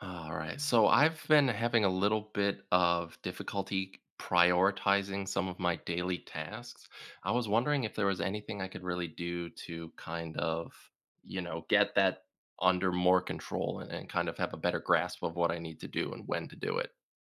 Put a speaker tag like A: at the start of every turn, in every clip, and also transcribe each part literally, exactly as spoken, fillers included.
A: All right. So I've been having a little bit of difficulty prioritizing some of my daily tasks. I was wondering if there was anything I could really do to kind of, you know, get that under more control and, and kind of have a better grasp of what I need to do and when to do it.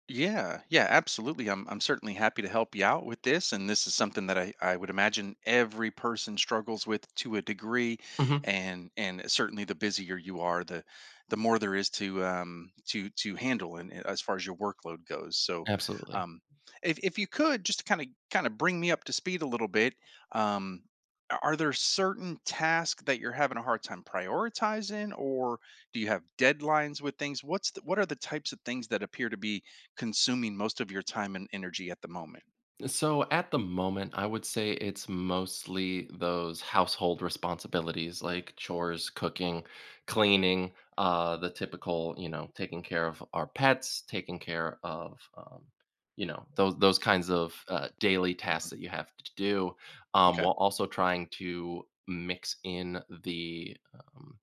B: Yeah, yeah, absolutely. I'm I'm certainly happy to help you out with this. And this is something that I, I would imagine every person struggles with to a degree.
A: Hmm.
B: And and certainly the busier you are, the the more there is to um to to handle and and as far as your workload goes. So
A: Absolutely.
B: um if if you could just kind of kind of bring me up to speed a little bit, um a- are there certain tasks that you're having a hard time prioritizing, or do you have deadlines with things? What's the, what are the types of things that appear to be consuming most of your time and energy at the moment?
A: So at the moment, I would say it's mostly those household responsibilities like chores, cooking, cleaning, uh, the typical, you know, taking care of our pets, taking care of, um, you know, those those kinds of uh, daily tasks
B: Mhm.
A: that you have to do, um,
B: Okay.
A: while also trying to mix in the um,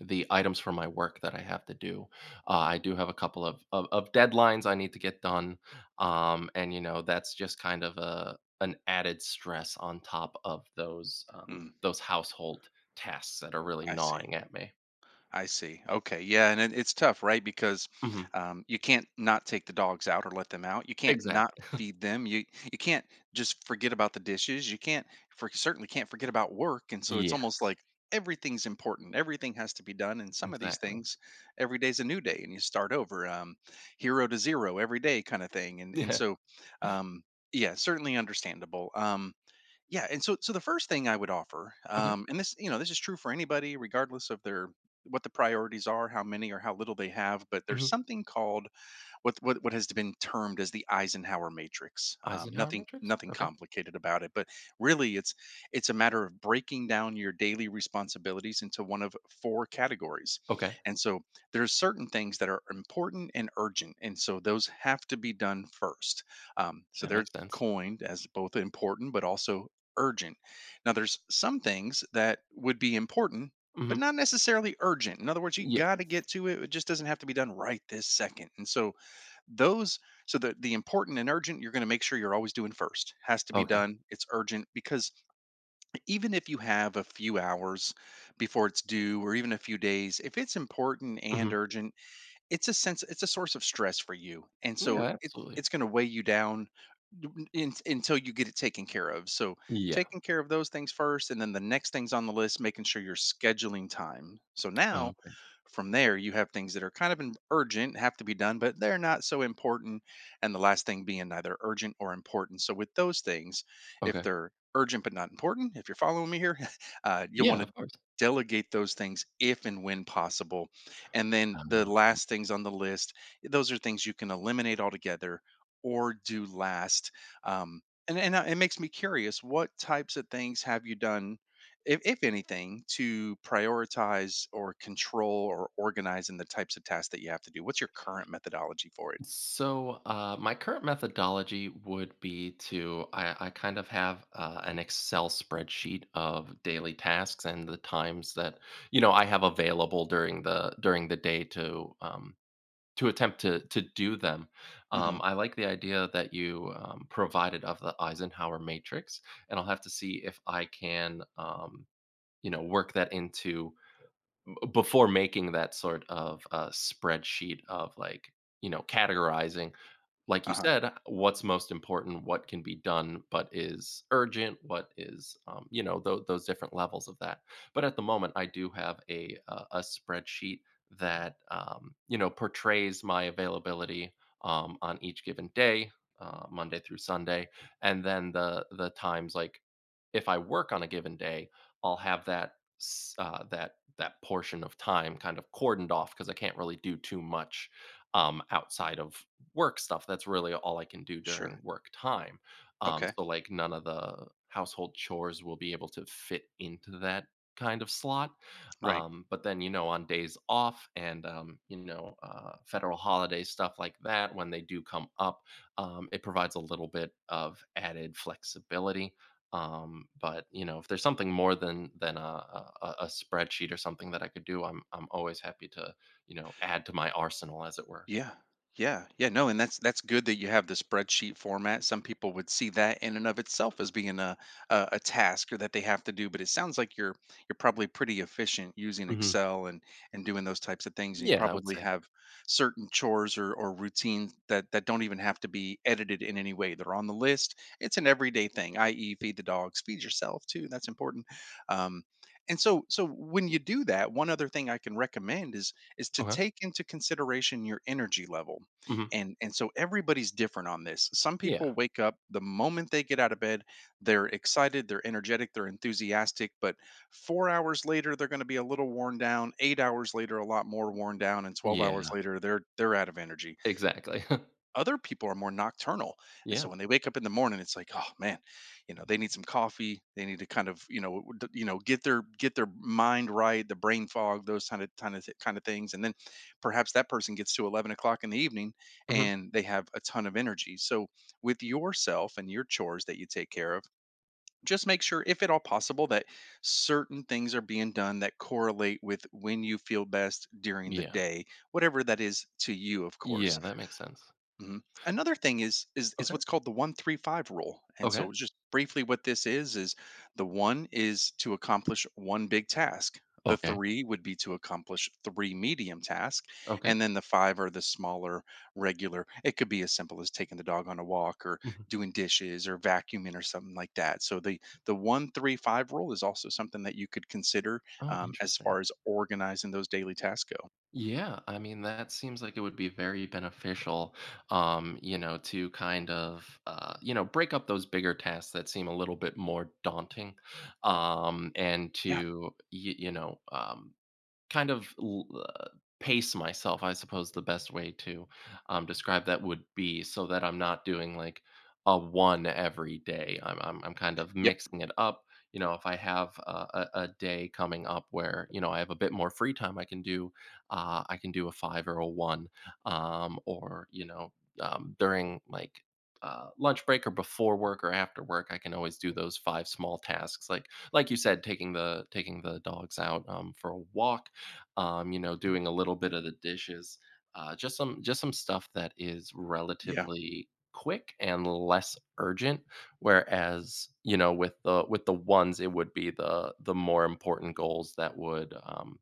A: the items for my work that I have to do. Uh, I do have a couple of, of of deadlines I need to get done, um, and you know that's just kind of a an added stress on top of those um,
B: Mm,
A: those household tasks that are really
B: I see.
A: gnawing at me.
B: I see. Okay. Yeah. And it, it's tough, right? Because
A: Hmm.
B: um, you can't not take the dogs out or let them out. You can't not
A: Exactly.
B: feed them. You you can't just forget about the dishes. You can't for certainly can't forget about work. And so it's
A: Yes.
B: almost like everything's important. Everything has to be done. And some of these
A: Exactly.
B: things, every day's a new day, and you start over, um, hero to zero every day, kind of thing. And and
A: Yeah.
B: so, um, yeah, certainly understandable. Um, Yeah, and so so the first thing I would offer,
A: Okay.
B: um, and this you know this is true for anybody, regardless of their what the priorities are, how many or how little they have, but there's
A: Hmm.
B: something called what what what has been termed as the Eisenhower matrix. Um,
A: Eisenhower
B: nothing
A: matrix.
B: nothing
A: Okay.
B: complicated about it, but really it's it's a matter of breaking down your daily responsibilities into one of four categories.
A: Okay.
B: And so there's certain things that are important and urgent, and so those have to be done first. Um, so
A: That
B: they're
A: makes sense.
B: coined as both important but also urgent. Now there's some things that would be important but
A: Hmm.
B: not necessarily urgent. In other words, you
A: Yeah.
B: got to get to it. It just doesn't have to be done right this second. And so those so the the important and urgent you're going to make sure you're always doing first. Has to be
A: Okay.
B: done. It's urgent because even if you have a few hours before it's due, or even a few days, if it's important
A: Hmm.
B: and urgent, it's a sense it's a source of stress for you. And
A: Yeah.
B: so it's
A: Absolutely.
B: it's going to weigh you down n- in, until you get it taken care of. So
A: Yeah.
B: taking care of those things first, and then the next things on the list, making sure you're scheduling time. So now
A: Okay.
B: from there, you have things that are kind of im- urgent, have to be done, but they're not so important. And the last thing being neither urgent or important. So, with those things, if
A: Okay.
B: they're urgent but not important, if you're following me here, uh, you'll
A: Yeah.
B: want to
A: Of course.
B: delegate those things if and when possible. And then the
A: Okay.
B: last things on the list, those are things you can eliminate altogether or do last. Um, and, and uh, it makes me curious, what types of things have you done, if, if anything, to prioritize or control or organize in the types of tasks that you have to do? What's your current methodology for it?
A: So, uh, my current methodology would be to I, I kind of have uh, an Excel spreadsheet of daily tasks and the times that you know I have available during the during the day to um, to attempt to to do them.
B: Hmm.
A: Um, I like the idea that you um, provided of the Eisenhower matrix, and I'll have to see if I can. Um, you know, work that into b- before making that sort of uh, spreadsheet of like you know categorizing like you
B: Uh huh.
A: said, what's most important, what can be done, but is urgent, what is, um, you know, tho- those different levels of that. But at the moment, I do have a uh, a spreadsheet that um, you know portrays my availability um, on each given day, uh, Monday through Sunday, and then the the times like if I work on a given day, I'll have that s- uh, that that portion of time kind of cordoned off because I can't really do too much um, outside of work stuff. That's really all I can do
B: Sure.
A: during work time. Um,
B: Okay.
A: so like none of the household chores will be able to fit into that kind of slot.
B: Right.
A: Um, but then, you know, on days off and, um, you know, uh, federal holiday stuff like that, when they do come up, um, it provides a little bit of added flexibility. Um, but you know, if there's something more than than a, a, a a spreadsheet or something that I could do, I'm I'm always happy to you know add to my arsenal, as it were.
B: Yeah. Yeah. Yeah. No, and that's that's good that you have the spreadsheet format. Some people would see that in and of itself as being a a, a task or that they have to do, but it sounds like you're you're probably pretty efficient using Excel and and doing those types of things, and you
A: Yeah, I would
B: probably
A: say.
B: have certain chores or or routines that that don't even have to be edited in any way. They're on the list. It's an everyday thing, i e, feed the dogs, feed yourself too. That's important. Um, and so so when you do that, one other thing I can recommend is is to
A: Okay.
B: take into consideration your energy level.
A: Mhm.
B: And and so everybody's different on this. Some
A: Yeah.
B: people wake up the moment they get out of bed, they're excited, they're energetic, they're enthusiastic, but four hours later they're going to be a little worn down, eight hours later a lot more worn down, and twelve hours
A: Yeah,
B: later they're they're out of energy.
A: exactly.
B: Other people are more nocturnal, and
A: Yeah.
B: so when they wake up in the morning, it's like, oh man, you know they need some coffee, they need to kind of you know d- you know get their get their mind right, the brain fog, those kind of kind of kind of things. And then perhaps that person gets to eleven o'clock in the evening
A: Mhm.
B: and they have a ton of energy. So with yourself and your chores that you take care of, just make sure, if at all possible, that certain things are being done that correlate with when you feel best during the
A: Yeah.
B: day, whatever that is to you, of
A: Yeah,
B: course.
A: that makes sense.
B: Mhm. Another thing is is is
A: Okay.
B: what's called the one three five rule. And
A: Okay.
B: so just briefly, what this is is the one is to accomplish one big task. The
A: Okay.
B: three would be to accomplish three medium tasks,
A: Okay.
B: and then the five are the smaller regular. It could be as simple as taking the dog on a walk or
A: Mhm.
B: doing dishes or vacuuming or something like that. So the the one three five rule is also something that you could consider,
A: Oh,
B: um, as
A: interesting.
B: far as organizing those daily tasks go.
A: Yeah, I mean, that seems like it would be very beneficial, um, you know, to kind of, uh, you know, break up those bigger tasks that seem a little bit more daunting, um, and
B: Yeah.
A: to, y you know, um Kind of l uh, pace myself, I suppose the best way to, um, describe that would be so that I'm not doing, like, a one every day. I'm I'm I'm kind of
B: Yep.
A: mixing it up. You know, if I have a a a day coming up where, you know, I have a bit more free time, I can do, uh, I can do a five or a one, um, or, you know, um, during, like, uh, lunch break or before work or after work, I can always do those five small tasks. Like like you said, taking the taking the dogs out, um, for a walk, um, you know, doing a little bit of the dishes, uh, just some just some stuff that is
B: Yeah.
A: relatively quick and less urgent. Whereas, you know, with the with the ones, it would be the the more important goals that would um,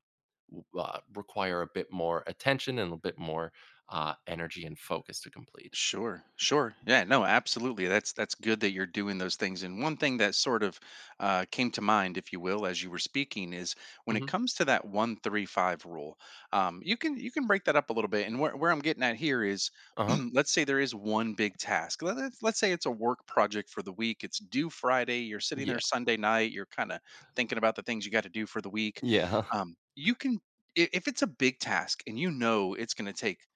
A: w- uh, require a bit more attention and a bit more uh, energy and focus to complete.
B: Sure, sure. Yeah, no, absolutely. That's that's good that you're doing those things. And one thing that sort of uh, came to mind, if you will, as you were speaking, is when it
A: Hmm.
B: comes to that one three five rule. Um, you can you can break that up a little bit. And where where I'm getting at here is,
A: Uh huh.
B: let's say there is one big task. Let- Let's let's say it's a work project for the week. It's due Friday. You're sitting
A: Yeah.
B: there Sunday night. You're kind of thinking about the things you got to do for the week.
A: Yeah.
B: Um, you can i- if it's a big task and you know it's going to take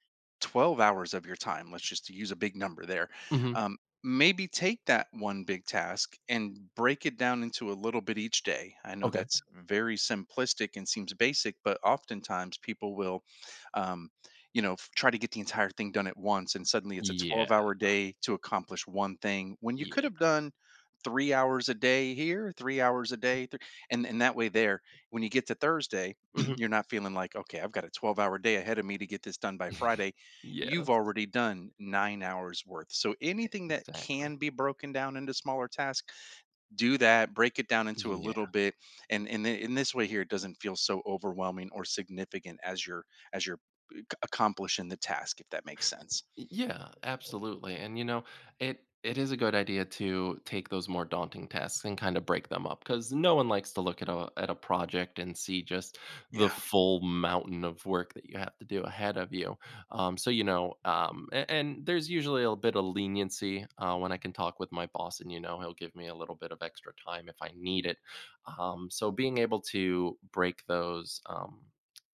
B: twelve hours of your time, let's just use a big number there.
A: Hmm.
B: um, Maybe take that one big task and break it down into a little bit each day. I know
A: Okay.
B: that's very simplistic and seems basic, but oftentimes people will um, you know f- try to get the entire thing done at once, and suddenly it's a
A: Yeah.
B: twelve hour day to accomplish one thing when you could
A: Yeah.
B: have done three hours a day here, three hours a day three, and and that way there, when you get to Thursday,
A: Hmm.
B: you're not feeling like, okay, I've got a twelve hour day ahead of me to get this done by Friday. You've
A: Yes.
B: already done nine hours worth. So anything that
A: Exactly.
B: can be broken down into smaller tasks, do that, break it down into a little
A: Yeah.
B: bit. And in in this way here, it doesn't feel so overwhelming or significant as you're as you're ac- accomplishing the task, if that makes sense.
A: Yeah, absolutely. And you know, it it is a good idea to take those more daunting tasks and kind of break them up because no one likes to look at a at a project and see just the
B: Yeah.
A: full mountain of work that you have to do ahead of you. Um, so you know, um, and, and there's usually a bit of leniency uh, when I can talk with my boss, and you know, he'll give me a little bit of extra time if I need it. Um, so being able to break those um,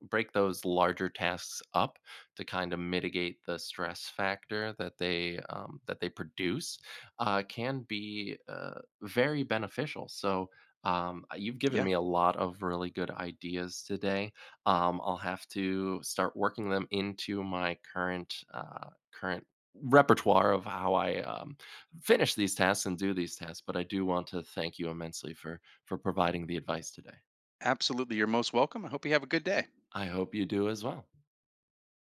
A: break those larger tasks up to kind of mitigate the stress factor that they um, that they produce uh, can be uh, very beneficial. So um, you've given
B: Yeah.
A: me a lot of really good ideas today. Um, I'll have to start working them into my current uh, current repertoire of how I um, finish these tasks and do these tasks. But I do want to thank you immensely for for providing the advice today.
B: Absolutely. You're most welcome. I hope you have a good day.
A: I hope you do as well.